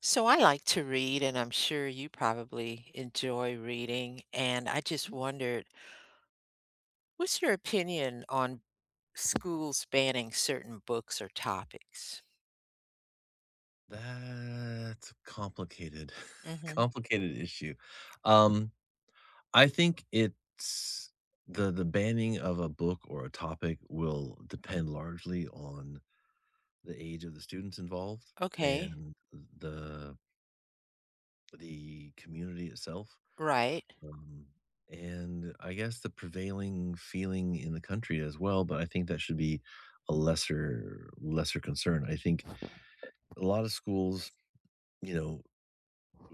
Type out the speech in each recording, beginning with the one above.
So I like to read, and I'm sure you probably enjoy reading. And I just wondered, what's your opinion on schools banning certain books or topics? That's a complicated hmm complicated issue. Um, I think it's the banning of a book or a topic will depend largely on the age of the students involved Okay. and the the community itself. Right. Um, and I guess the prevailing feeling in the country as well, but I think that should be a lesser concern. I think a lot of schools, you know,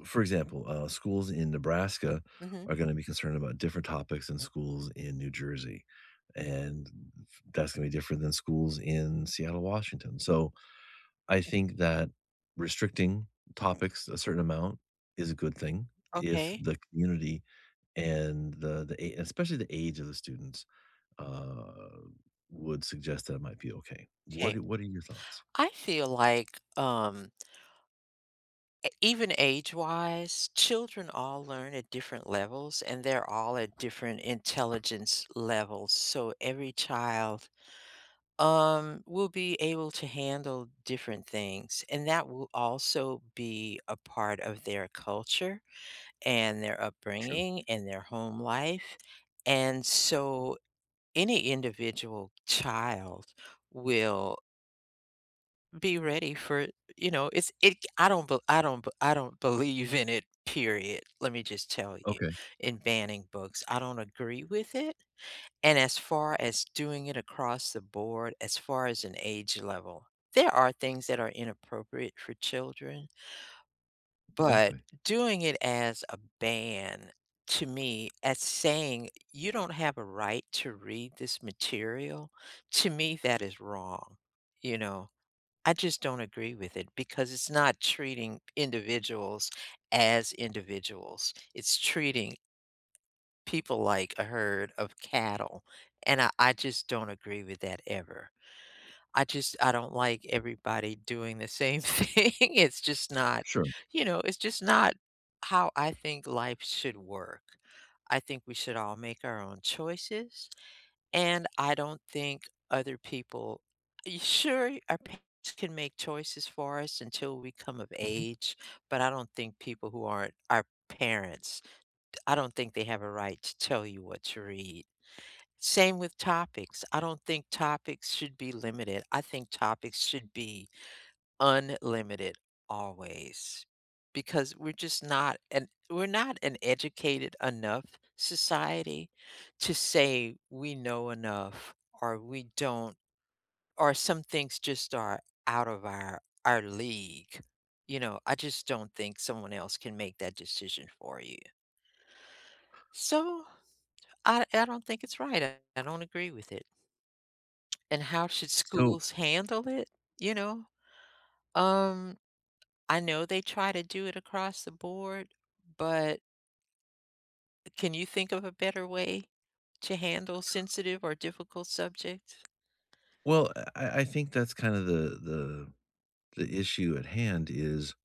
for example, schools in Nebraska hmm are going to be concerned about different topics than schools in New Jersey. And that's going to be different than schools in Seattle, Washington. So I think that restricting topics a certain amount is a good thing if Okay. the community and especially the age of the students uh, would suggest that it might be okay. Okay. What are your thoughts? I feel like e- even age-wise, children all learn at different levels, and they're all at different intelligence levels. So every child will be able to handle different things. And that will also be a part of their culture and their True. upbringing and their home life. And so any individual child will be ready for you know it's it I don't be, I don't be- I don't believe in it, period. Let me just tell you, Okay. in banning books, I don't agree with it. And as far as doing it across the board, as far as an age level, there are things that are inappropriate for children, but Exactly. doing it as a ban, to me, as saying you don't have a right to read this material, to me, that is wrong. You know, I just don't agree with it because it's not treating individuals as individuals. It's treating people like a herd of cattle, and I just don't agree with that ever. I just I don't like everybody doing the same thing. It's just not Sure. you know, it's just not how I think life should work. I think we should all make our own choices, and I don't think other people y sure, our parents can make choices for us until we come of Mhm. age, but I don't think people who aren't our parents I don't think they have a right to tell you what to read. Same with topics. I don't think topics should be limited. I think topics should be unlimited always because we're just not an we're not an educated enough society to say we know enough or we don't or some things just are out of our league. You know, I just don't think someone else can make that decision for you. So I don't think it's right, I don't agree with it. And how should So schools handle it, you know? Um, I know they try to do it across the board, but can you think of a better way to handle sensitive or difficult subjects? well, I think that's kind of the issue at hand is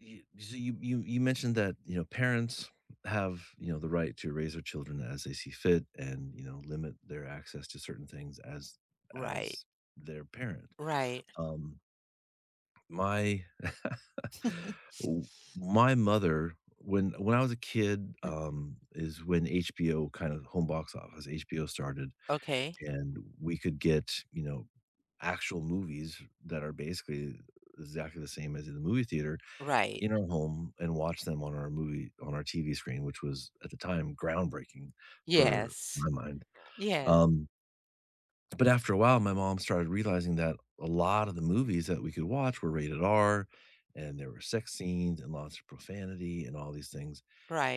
y so you mentioned that, you know, parents have, you know, the right to raise their children as they see fit and, you know, limit their access to certain things Right, as their parent. right. Um, my w my mother, when I was a kid, Mm, is when HBO, kind of home box office, HBO started, okay, and we could get, you know, actual movies that are basically exactly the same as in the movie theater right. in our home and watch them on our TV screen, which was at the time groundbreaking for Yes, my mind. yes, Um, but after a while, my mom started realizing that a lot of the movies that we could watch were rated R, and there were sex scenes and lots of profanity and all these things.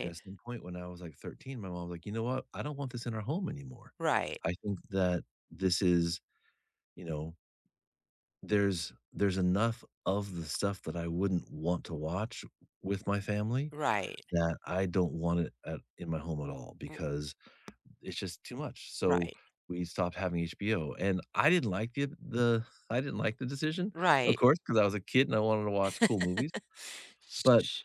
And at some point when I was like 13, my mom was like, "You know what? I don't want this in our home anymore. right, I think that this is, you know, there's enough of the stuff that I wouldn't want to watch with my family, right, that I don't want it at in my home at all r because it's just too much." So right, we stopped having HBO, and I didn't like the I didn't like the decision, of right, course, because I was a kid and I wanted to watch cool movies. But sh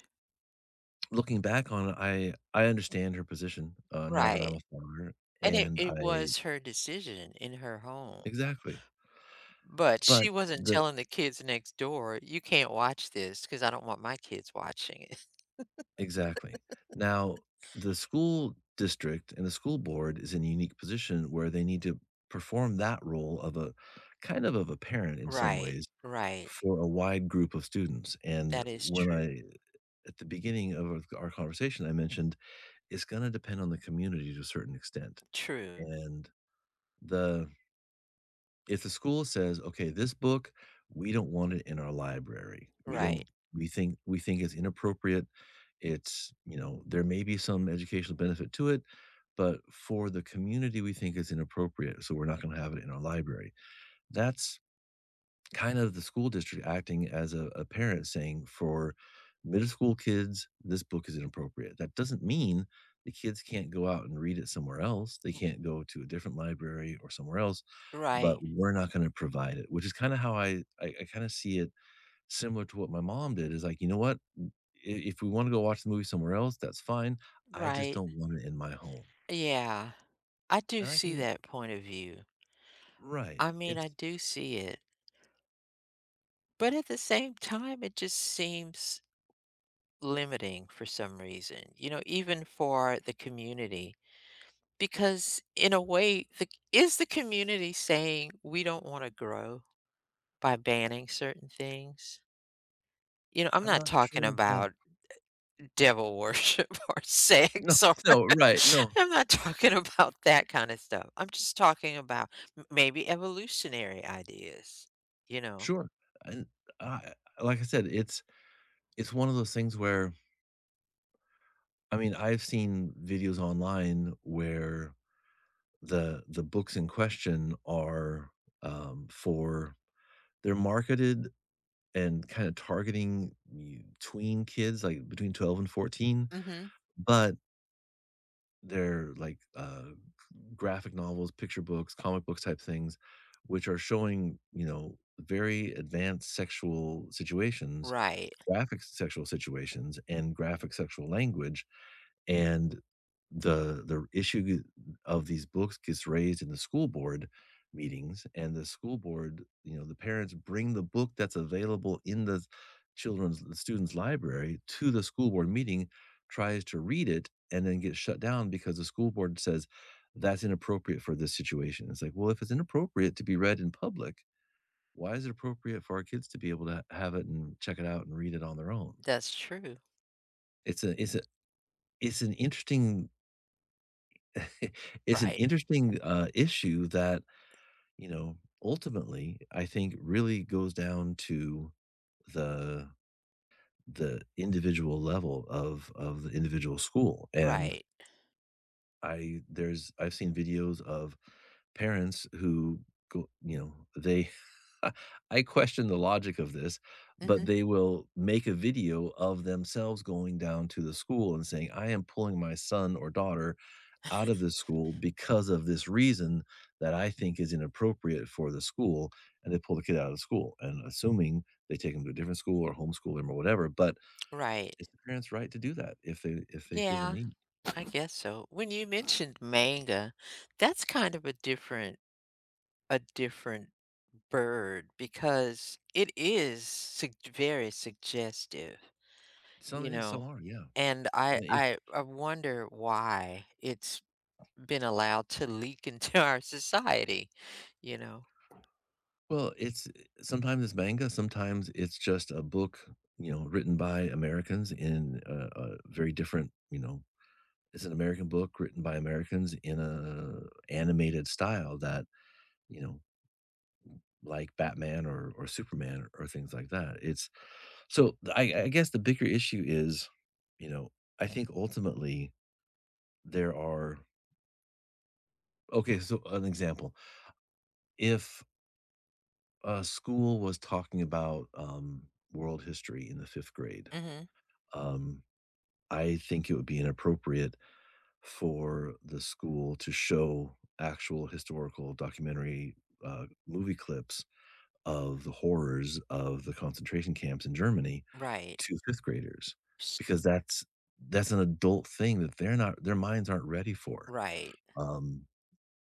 looking back on it, I understand her position, now that right. I'm a father, And it and it I was her decision in her home. exactly. But But she wasn't the telling the kids next door, "You can't watch this because I don't want my kids watching it." exactly. Now, the school district and the school board is in a unique position where they need to perform that role of a kind of a parent in some Right, ways right. for a wide group of students. And That is when true. I at the beginning of our conversation I mentioned it's going to depend on the community to a certain extent. True. And the if the school says, "Okay, this book, we don't want it in our library. We don't Right, we think it's inappropriate, it's, you know, there may be some educational benefit to it, but for the community, we think it's inappropriate. So we're not going to have it in our library." That's kind of the school district acting as a parent saying, for middle school kids, this book is inappropriate. That doesn't mean the kids can't go out and read it somewhere else. They can't go to a different library or somewhere else, but right, we're not going to provide it, which is kind of how I kind of see it. Similar to what my mom did, is like, "You know what? W I if we wanna go watch the movie somewhere else, that's fine. I just right. don't want it in my home." Yeah. I do And I see can that point of view. right. I mean, It's I do see it. But at the same time, it just seems limiting for some reason, you know, even for the community. Because in a way, the is the community saying, "We don't wanna grow?" By banning certain things? You know, I'm I'm not not talking sure if that about devil worship or no, sex or no, right, no, I'm not talking about that kind of stuff. I'm just talking about m maybe evolutionary ideas, you know? sure. And I, like I said, it's one of those things where I mean, I've seen videos online where the books in question are, for they're marketed and kinda targeting y tween kids, like, between 12 and 14. Mhm. But they're like, graphic novels, picture books, comic books type things, which are showing, you know, very advanced sexual situations, Right. graphic sexual situations, and graphic sexual language. And the issue of these books gets raised in the school board meetings, and the school board, you know, the parents bring the book that's available in the children's the student's library to the school board meeting, tries to read it, and then gets shut down because the school board says, "That's inappropriate for this situation." It's like, well, if it's inappropriate to be read in public, why is it appropriate for our kids to be able to have it and check it out and read it on their own? That's true. It's a it's a it's an interesting it's an Right, interesting issue that, you know, ultimately I think really goes down to the the individual level of the individual school. And right. I there's I've seen videos of parents who go, you know, they I question the logic of this, but Mhm. they will make a video of themselves going down to the school and saying, "I am pulling my son or daughter out of the school because of this reason that I think is inappropriate for the school," and they pull the kid out of the school. And assuming they take him to a different school or homeschool him or whatever, but Right. it's the parents' right to do that if they feel the Yeah, need. I guess so. When you mentioned manga, that's kind of a different bird because it is sug very suggestive. Some You is, some know, are, yeah. and I And it's I I wonder why it's been allowed to leak into our society, you know? well, it's sometimes it's manga, sometimes it's just a book, you know, written by Americans in a very different, you know, it's an American book written by Americans in a animated style that, you know, like Batman or Superman or things like that. It's so I guess the bigger issue is, you know, I think ultimately there are okay, so an example. If a school was talking about world history in the 5th grade, Mhm. um I think it would be inappropriate for the school to show actual historical documentary movie clips of the horrors of the concentration camps in Germany Right. to 5th graders, S because that's an adult thing that they're not their minds aren't ready for. right. Um,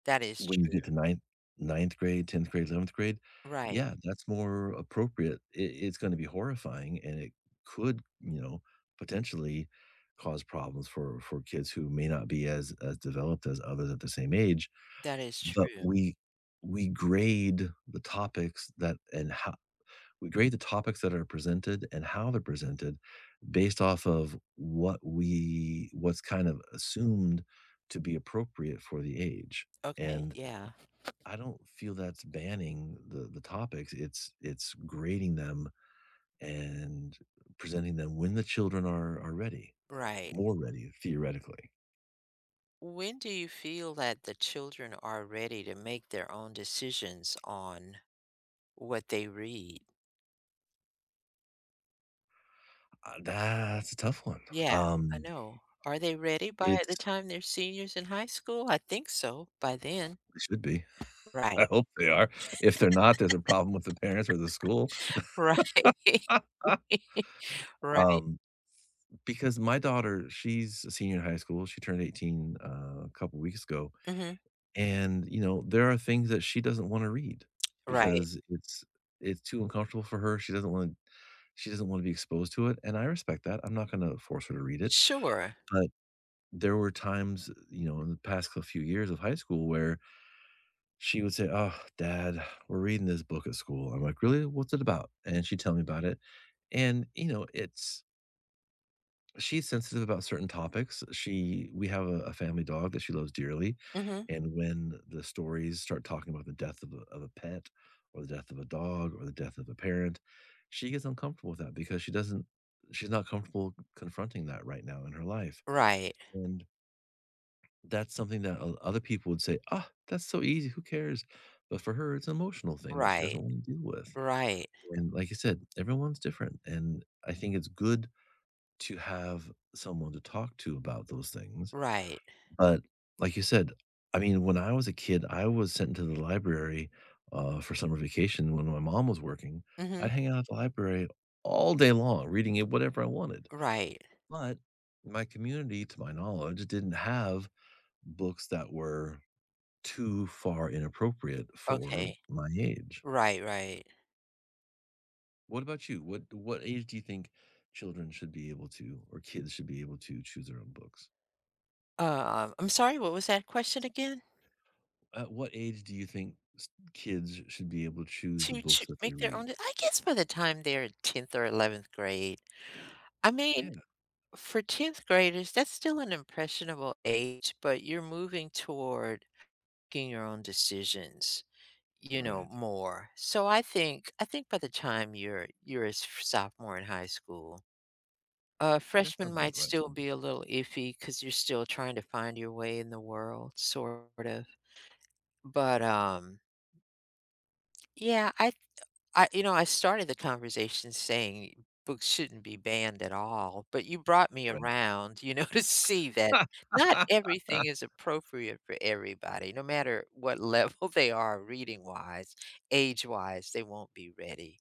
That is when you get to true. Ninth grade, 10th grade, 11th grade, Right. yeah, that's more appropriate. It it's gonna be horrifying, and it could, you know, potentially cause problems for kids who may not be as developed as others at the same age, That is but true. we grade the topics that and how we grade the topics that are presented and how they're presented based off of what we what's kind of assumed to be appropriate for the age. Okay, And yeah. I don't feel that's banning the topics. It's grading them and presenting them when the children are ready, Right. more ready theoretically. When do you feel that the children are ready to make their own decisions on what they read? That's a tough one. Yeah, I Um, know. Are they ready by the it's time they're seniors in high school? I think so, by then. they should be. Right. I hope they are. If they're not, there's a problem with the parents or the school. Right. Right. Um, Because my daughter, she's a senior in high school, she turned 18, a couple weeks ago, Mhm. and, you know, there are things that she doesn't wanna read Right. because it's too uncomfortable for her, she doesn't wanna be exposed to it, and I respect that, I'm not gonna force her to read it, Sure. but there were times, you know, in the past cou few years of high school where she would say, "Oh, dad, we're reading this book at school." I'm like, "Really? What's it about?" And she'd tell me about it, and, you know, it's she's sensitive about certain topics. She We have a family dog that she loves dearly, Mhm. and when the stories start talking about the death of a pet, or the death of a dog, or the death of a parent, she gets uncomfortable with that because she doesn't. She's not comfortable confronting that right now in her life, Right. and that's something that other people would say, "Ah, that's so easy. Who cares?" But for her, it's an emotional thing that she doesn't Right. want to deal with. Right. And like I said, everyone's different, and I think it's good to have someone to talk to about those things. Right. But like you said, I mean, when I was a kid, I was sent to the library, for summer vacation when my mom was working. Mhm. I'd hang out at the library all day long reading it whatever I wanted. Right. But my community, to my knowledge, didn't have books that were too far inappropriate for Okay. my age. Right, right. What about you? What age do you think children should be able to or kids should be able to choose their own books? I'm sorry, what was that question again? At what age do you think s kids should be able to choose the To books to that they make their read? own de I guess by the time they're in 10th or 11th grade. I mean, Yeah, for 10th graders, that's still an impressionable age, but you're moving toward making your own decisions. You know, right. more. So I think by the time you're a s- sophomore in high school, That freshman sounds about might right to still me. be a little iffy because you're still trying to find your way in the world, sort of. But yeah, I you know I started the conversation saying books shouldn't be banned at all, but you brought me around, you know, to see that not Right. everything is appropriate for everybody, no matter what level they are reading wise, age wise, they won't be ready.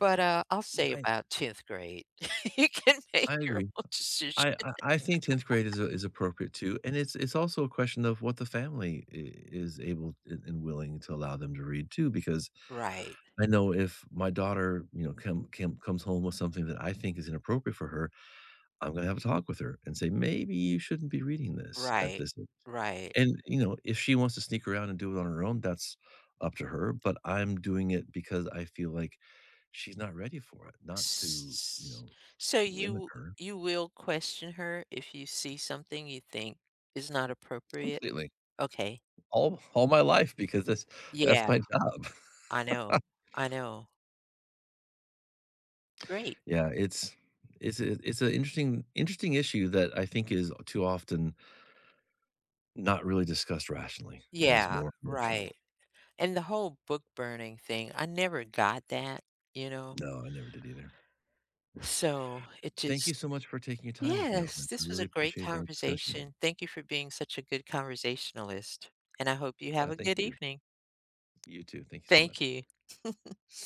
But, I'll Yeah, say I about 10th grade, you can make I your agree. own decision. I think 10th grade is appropriate too, and it's also a question of what the family I is able and willing to allow them to read too, because Right, I know if my daughter, you know, comes home with something that I think is inappropriate for her, I'm gonna have a talk with her and say, "Maybe you shouldn't be reading this at right, this." right. And, you know, if she wants to sneak around and do it on her own, that's up to her, but I'm doing it because I feel like she's not ready for it, not to, you S know, so limit you her you will question her if you see something you think is not appropriate? completely Okay. All my life, because that's Yeah, my job. I know, I know. Great. Yeah, it's a it's an interesting interesting issue that I think is too often not really discussed rationally and is Yeah, more right. emotional. And the whole book burning thing, I never got that, you know? No, I never did either. So, it Thank you just so much for taking your time with me on Yes, this. I this was really a great appreciate our discussion. conversation. Thank you for being such a good conversationalist, and I hope you have I a thank good you. evening. You too. Thank you so Thank much. you.